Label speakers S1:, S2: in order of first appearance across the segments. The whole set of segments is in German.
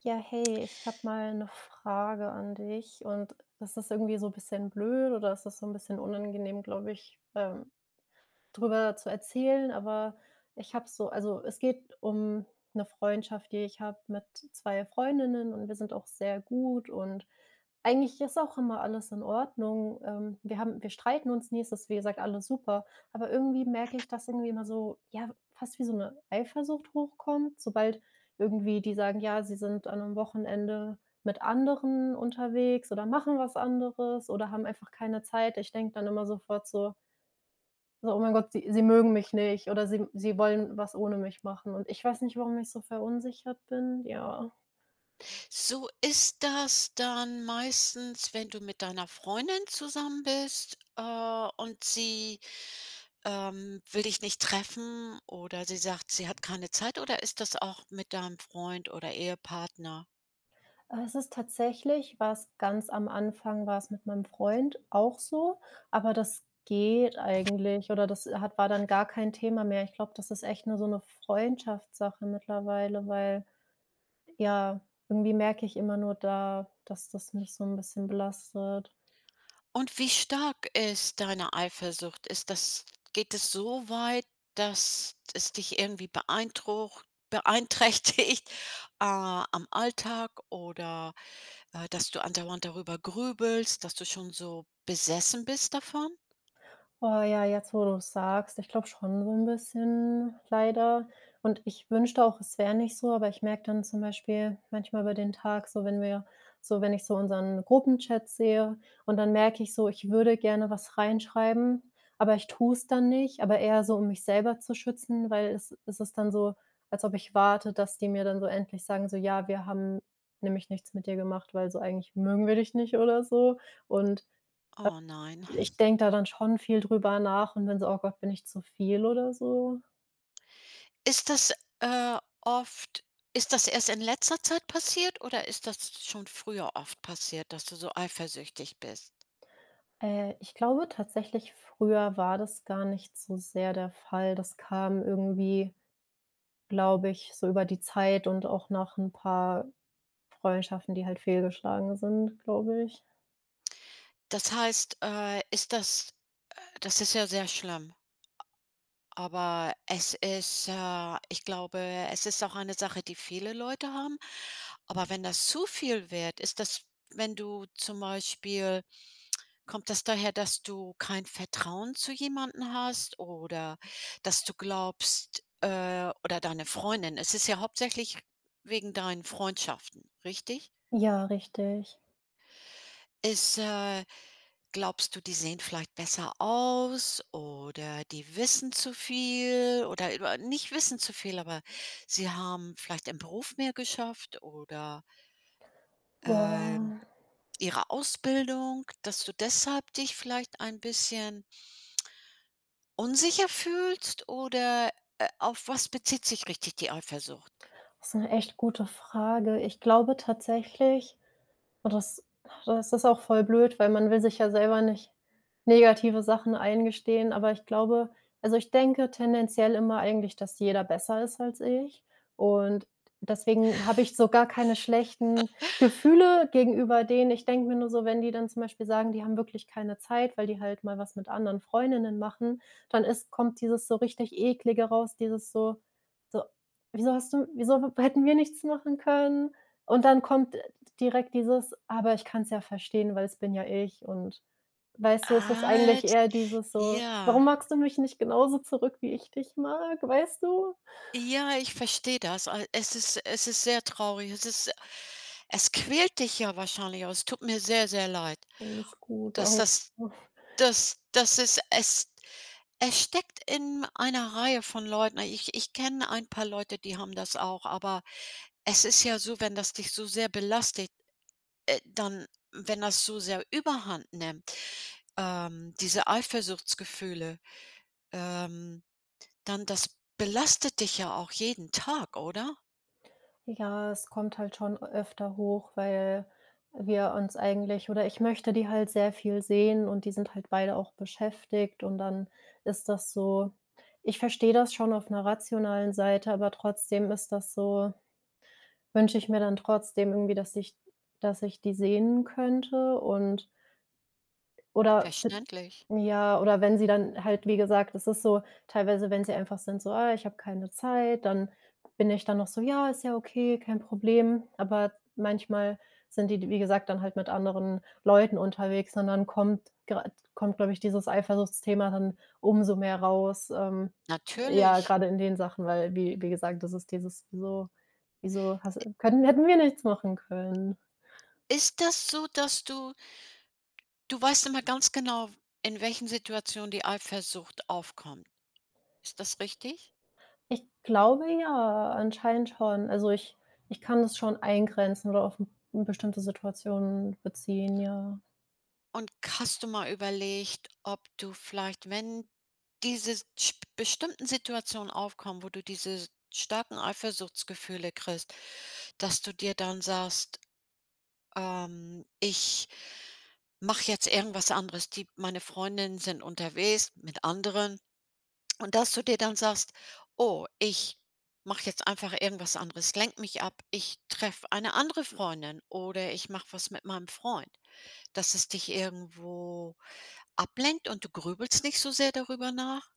S1: Ja, hey, ich habe mal eine Frage an dich, und das ist irgendwie so ein bisschen blöd, oder es ist so ein bisschen unangenehm, glaube ich, drüber zu erzählen. Aber ich habe so, also, es geht um eine Freundschaft, die ich habe mit 2 Freundinnen, und wir sind auch sehr gut, und eigentlich ist auch immer alles in Ordnung. Wir streiten uns nie, es ist, wie gesagt, alles super, aber irgendwie merke ich, dass irgendwie immer so, ja, fast wie so eine Eifersucht hochkommt, sobald irgendwie die sagen: „Ja, sie sind an einem Wochenende mit anderen unterwegs oder machen was anderes oder haben einfach keine Zeit.“ Ich denke dann immer sofort so: „Oh mein Gott, sie mögen mich nicht, oder sie wollen was ohne mich machen.“ Und ich weiß nicht, warum ich so verunsichert bin, ja.
S2: So ist das dann meistens, wenn du mit deiner Freundin zusammen bist, und sie, will dich nicht treffen oder sie sagt, sie hat keine Zeit, oder ist das auch mit deinem Freund oder Ehepartner?
S1: Aber es ist tatsächlich, war's ganz am Anfang war es mit meinem Freund auch so, aber das geht eigentlich, oder das hat war dann gar kein Thema mehr. Ich glaube, das ist echt nur so eine Freundschaftssache mittlerweile, weil, ja, irgendwie merke ich immer nur da, dass das mich so ein bisschen belastet.
S2: Und wie stark ist deine Eifersucht? Ist das Geht es so weit, dass es dich irgendwie beeindruckt beeinträchtigt, am Alltag, oder, dass du andauernd darüber grübelst, dass du schon so besessen bist davon?
S1: Boah, ja, jetzt, wo du sagst, ich glaube schon, so ein bisschen, leider. Und ich wünschte auch, es wäre nicht so, aber ich merke dann zum Beispiel manchmal über den Tag so, wenn ich so unseren Gruppenchat sehe, und dann merke ich so, ich würde gerne was reinschreiben, aber ich tue es dann nicht, aber eher so, um mich selber zu schützen, weil es ist dann so, als ob ich warte, dass die mir dann so endlich sagen, so: „Ja, wir haben nämlich nichts mit dir gemacht, weil so eigentlich mögen wir dich nicht“ oder so. Und
S2: Oh nein.
S1: ich denke da dann schon viel drüber nach und bin so: „Oh Gott, bin ich zu viel oder so?“
S2: Ist das, oft, ist das erst in letzter Zeit passiert oder ist das schon früher oft passiert, dass du so eifersüchtig bist?
S1: Ich glaube tatsächlich, früher war das gar nicht so sehr der Fall. Das kam irgendwie, glaube ich, so über die Zeit und auch nach 'n paar Freundschaften, die halt fehlgeschlagen sind, glaube ich.
S2: Das heißt, ist das das ist ja sehr schlimm. Aber es ist, ich glaube, es ist auch eine Sache, die viele Leute haben. Aber wenn das zu viel wird, ist das, wenn du zum Beispiel, kommt das daher, dass du kein Vertrauen zu jemanden hast, oder dass du glaubst, oder deine Freundin, es ist ja hauptsächlich wegen deinen Freundschaften, richtig?
S1: Ja, richtig.
S2: Ist, äh Glaubst du, die sehen vielleicht besser aus oder die wissen zu viel oder über nicht wissen zu viel, aber sie haben vielleicht im Beruf mehr geschafft, oder, ähm,
S1: Boah,
S2: ihre Ausbildung, dass du deshalb dich vielleicht ein bisschen unsicher fühlst, oder, auf was bezieht sich richtig die Eifersucht?
S1: das ist 'ne echt gute Frage. Ich glaube tatsächlich. Und das Das ist auch voll blöd, weil man will sich ja selber nicht negative Sachen eingestehen, aber ich glaube, also, ich denke tendenziell immer eigentlich, dass jeder besser ist als ich, und deswegen habe ich so gar keine schlechten
S2: Hm.
S1: Gefühle gegenüber denen. Ich denke mir nur so, wenn die dann zum Beispiel sagen, die haben wirklich keine Zeit, weil die halt mal was mit anderen Freundinnen machen, dann ist kommt dieses so richtig Eklige raus, dieses so: „Wieso hast du, wieso hätten wir nichts machen können?“ Und dann kommt direkt dieses: „Aber ich kann es ja verstehen, weil es bin ja ich.“ Und, weißt du, es ist
S2: Ah,
S1: eigentlich
S2: d
S1: eher dieses so:
S2: Ja.
S1: „Warum magst du mich nicht genauso zurück, wie ich dich mag?“ Weißt du?
S2: Ja, ich verstehe das. Al es ist sehr traurig. Es ist, es quält dich ja wahrscheinlich auch. Es tut mir sehr, sehr leid,
S1: Alles gut.
S2: dass das, Das ist es, es steckt in einer Reihe von Leuten. Ich kenne ein paar Leute, die haben das auch, aber es ist ja so, wenn das dich so sehr belastet, dann, wenn das so sehr Überhand nimmt, diese Eifersuchtsgefühle, ähm, dann das belastet dich ja auch jeden Tag, oder?
S1: Ja, es kommt halt schon öfter hoch, weil wir uns eigentlich, oder ich möchte die halt sehr viel sehen, und die sind halt beide auch beschäftigt, und dann ist das so, ich verstehe das schon auf einer rationalen Seite, aber trotzdem ist das so, wünsche ich mir dann trotzdem irgendwie, dass ich, die sehen könnte, und oder b
S2: Verständlich.
S1: ja, oder wenn sie dann halt, wie gesagt, es ist so teilweise, wenn sie einfach sind so: „Ah, ich habe keine Zeit“, dann bin ich dann noch so: „Ja, ist ja okay, kein Problem.“ Aber manchmal sind die, wie gesagt, dann halt mit anderen Leuten unterwegs, und dann kommt, glaube ich, dieses Eifersuchtsthema dann umso mehr raus, ja,
S2: Natürlich.
S1: gerade in den Sachen, weil wie gesagt, das ist dieses: „Wieso, hätten wir nichts machen können?“
S2: Ist das so, dass du weißt immer ganz genau, in welchen Situationen die Eifersucht aufkommt. Ist das richtig?
S1: Ich glaube, ja, anscheinend schon. Also, ich kann das schon eingrenzen oder auf 'n bestimmte Situationen beziehen, ja.
S2: Und hast du mal überlegt, ob du vielleicht, wenn diese bestimmten Situationen aufkommen, wo du diese starken Eifersuchtsgefühle kriegst, dass du dir dann sagst, ich mache jetzt irgendwas anderes. Die, meine Freundinnen sind unterwegs mit anderen, und dass du dir dann sagst: „Oh, ich mache jetzt einfach irgendwas anderes, lenke mich ab. Ich treffe eine andere Freundin oder ich mache was mit meinem Freund.“ Dass es dich irgendwo ablenkt und du grübelst nicht so sehr darüber nach?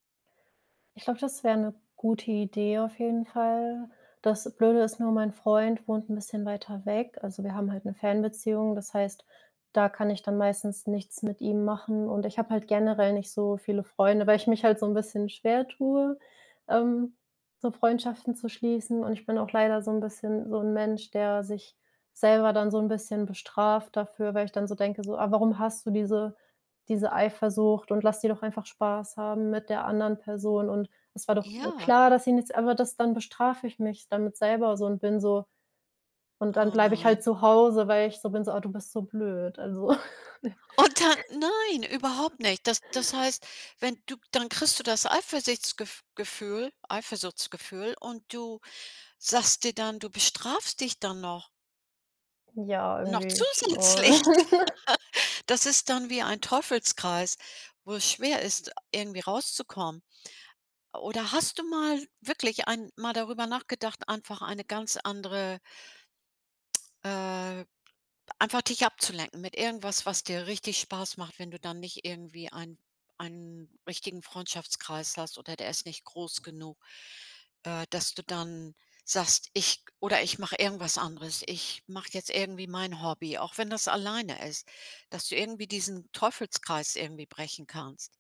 S1: Ich glaube, das wäre eine gute Idee auf jeden Fall. Das Blöde ist nur, mein Freund wohnt ein bisschen weiter weg. Also, wir haben halt eine Fernbeziehung. Das heißt, da kann ich dann meistens nichts mit ihm machen, und ich habe halt generell nicht so viele Freunde, weil ich mich halt so ein bisschen schwer tue, ähm, so Freundschaften zu schließen, und ich bin auch leider so ein bisschen so ein Mensch, der sich selber dann so ein bisschen bestraft dafür, weil ich dann so denke so: „Ah, warum hast du diese Eifersucht, und lass die doch einfach Spaß haben mit der anderen Person, und es war doch,
S2: Ja,
S1: klar, dass sie nichts“, aber das, dann bestrafe ich mich damit selber so und bin so, und dann
S2: oh
S1: bleibe ich halt
S2: nein.
S1: zu Hause, weil ich so bin so: „Ah, du bist so blöd.“ Also,
S2: Und dann nein, überhaupt nicht. Das heißt, wenn du dann, kriegst du das Eifersuchtsgefühl, und du sagst dir dann, du bestrafst dich dann
S1: ja,
S2: noch
S1: irgendwie schon.
S2: zusätzlich. Das ist dann wie ein Teufelskreis, wo es schwer ist, irgendwie rauszukommen. Oder hast du mal wirklich ein Mal darüber nachgedacht, einfach eine ganz andere, äh einfach dich abzulenken mit irgendwas, was dir richtig Spaß macht, wenn du dann nicht irgendwie einen richtigen Freundschaftskreis hast oder der ist nicht groß genug, dass du dann sagst: „Ich, oder ich mache irgendwas anderes. Ich mache jetzt irgendwie mein Hobby“, auch wenn das alleine ist, dass du irgendwie diesen Teufelskreis irgendwie brechen kannst.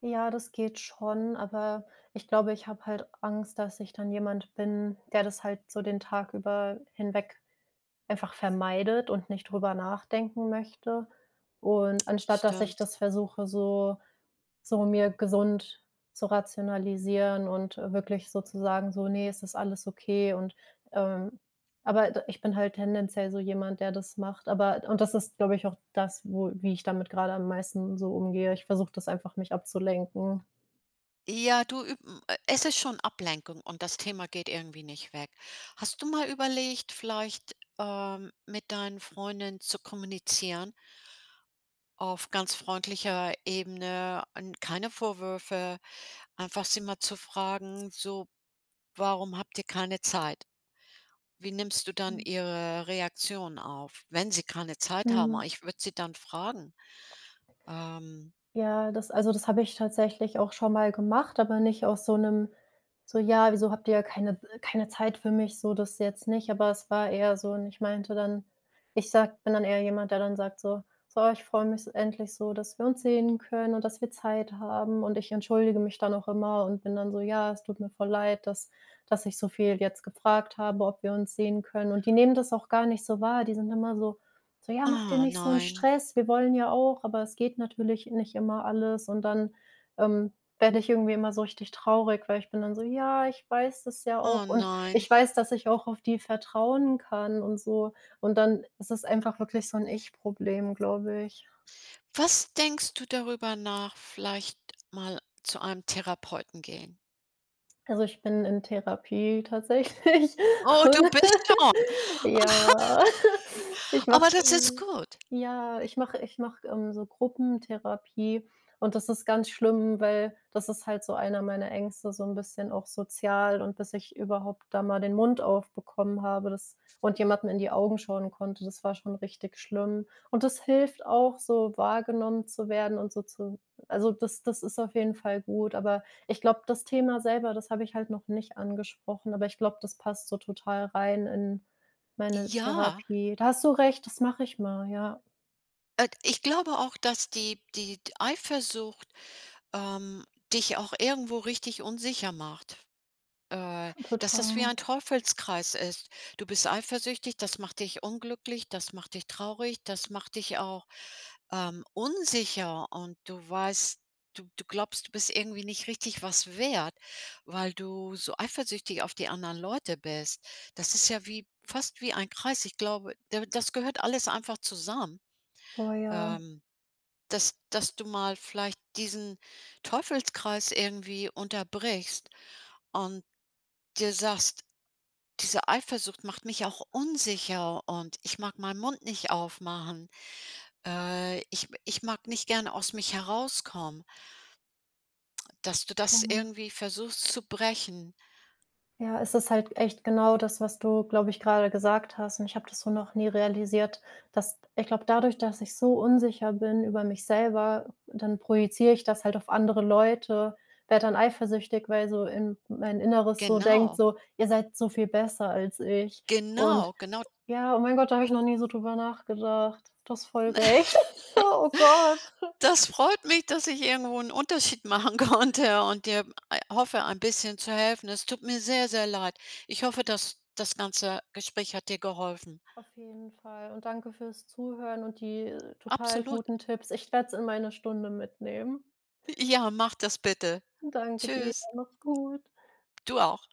S1: Ja, das geht schon, aber ich glaube, ich habe halt Angst, dass ich dann jemand bin, der das halt so den Tag über hinweg einfach vermeidet und nicht drüber nachdenken möchte. Und anstatt dass ich
S2: Stimmt.
S1: das versuche, so mir gesund zu rationalisieren und, wirklich sozusagen so: „Nee, es ist alles okay“ und, ähm aber d ich bin halt tendenziell so jemand, der das macht, aber, und das ist, glaube ich, auch das, wo wie ich damit gerade am meisten so umgehe. Ich versuche das einfach, mich abzulenken.
S2: Ja, du, üb hm, es ist schon Ablenkung und das Thema geht irgendwie nicht weg. Hast du mal überlegt, vielleicht, mit deinen Freundinnen zu kommunizieren auf ganz freundlicher Ebene und keine Vorwürfe, einfach sie mal zu fragen, so: „Warum habt ihr keine Zeit?“ Wie nimmst du dann ihre Reaktion auf, wenn sie keine Zeit haben?
S1: Mhm.
S2: Ich würde sie dann fragen, ähm:
S1: Ja, das, also, das habe ich tatsächlich auch schon mal gemacht, aber nicht aus so einem so: „Ja, wieso habt ihr keine Zeit für mich?“ So das jetzt nicht, aber es war eher so, und ich meinte dann, ich sage bin dann eher jemand, der dann sagt so: „So, ich freue mich endlich so, dass wir uns sehen können und dass wir Zeit haben.“ Und ich entschuldige mich dann auch immer und bin dann so: „Ja, es tut mir voll leid, dass ich so viel jetzt gefragt habe, ob wir uns sehen können.“ Und die nehmen das auch gar nicht so wahr. Die sind immer so: „Ja, mach dir
S2: „Oh
S1: nicht so 'n
S2: nein,
S1: Stress, wir wollen ja auch“, aber es geht natürlich nicht immer alles, und dann, ähm, werde ich irgendwie immer so richtig traurig, weil ich bin dann so: „Ja, ich weiß das ja
S2: oh
S1: auch, und
S2: nein.“
S1: ich weiß, dass ich auch auf die vertrauen kann“ und so. Und dann ist es einfach wirklich so ein Ich-Problem, glaube ich.
S2: Was denkst du darüber nach, vielleicht mal zu einem Therapeuten gehen?
S1: Also, ich bin in Therapie tatsächlich
S2: Oh, du
S1: und
S2: bist schon,
S1: ja, ich
S2: aber
S1: mache,
S2: das ist gut.
S1: ja, ich mache, so Gruppentherapie, und das ist ganz schlimm, weil das ist halt so einer meiner Ängste, so ein bisschen auch sozial, und bis ich überhaupt da mal den Mund aufbekommen habe, das und jemanden in die Augen schauen konnte, das war schon richtig schlimm. Und das hilft auch, so wahrgenommen zu werden und so zu, also, das ist auf jeden Fall gut, aber ich glaube, das Thema selber, das habe ich halt noch nicht angesprochen, aber ich glaube, das passt so total rein in meine
S2: Ja,
S1: Therapie. Da hast du recht, das mache ich mal, ja,
S2: ich glaube auch, dass die Eifersucht, ähm, dich auch irgendwo richtig unsicher macht. Dass das wie
S1: total.
S2: ein Teufelskreis ist. Du bist eifersüchtig, das macht dich unglücklich, das macht dich traurig, das macht dich auch, unsicher, und du weißt, du glaubst, du bist irgendwie nicht richtig was wert, weil du so eifersüchtig auf die anderen Leute bist. Das ist ja wie, fast wie ein Kreis. Ich glaube, da das gehört alles einfach zusammen,
S1: Boah, ja,
S2: ähm, dass du mal vielleicht diesen Teufelskreis irgendwie unterbrichst und dir sagst: Diese Eifersucht macht mich auch unsicher und ich mag meinen Mund nicht aufmachen. Ich mag nicht gerne aus mich herauskommen, dass du
S1: voll.
S2: das
S1: Ja,
S2: irgendwie versuchst zu brechen.
S1: Ja, es ist halt echt genau das, was du, glaube ich, gerade gesagt hast, und ich habe das so noch nie realisiert, dass ich glaube, dadurch, dass ich so unsicher bin über mich selber, dann projiziere ich das halt auf andere Leute, werde dann eifersüchtig, weil so in mein Inneres so denkt
S2: Genau,
S1: so: „Ihr seid so viel besser als ich.“ Und,
S2: genau, genau.
S1: ja, oh mein Gott, da habe ich noch nie so drüber nachgedacht. Du hast voll recht. Oh Gott.
S2: Das freut mich, dass ich irgendwo einen Unterschied machen konnte und dir ei hoffe, ein bisschen zu helfen. Es tut mir sehr, sehr leid. Ich hoffe, dass das ganze Gespräch hat dir geholfen.
S1: Auf jeden Fall. Und danke fürs Zuhören und die, total
S2: Absolut.
S1: guten Tipps. Ich werde es in meine Stunde mitnehmen.
S2: Ja, mach das bitte.
S1: Danke dir.
S2: Tschüss.
S1: Mach's gut.
S2: Du auch.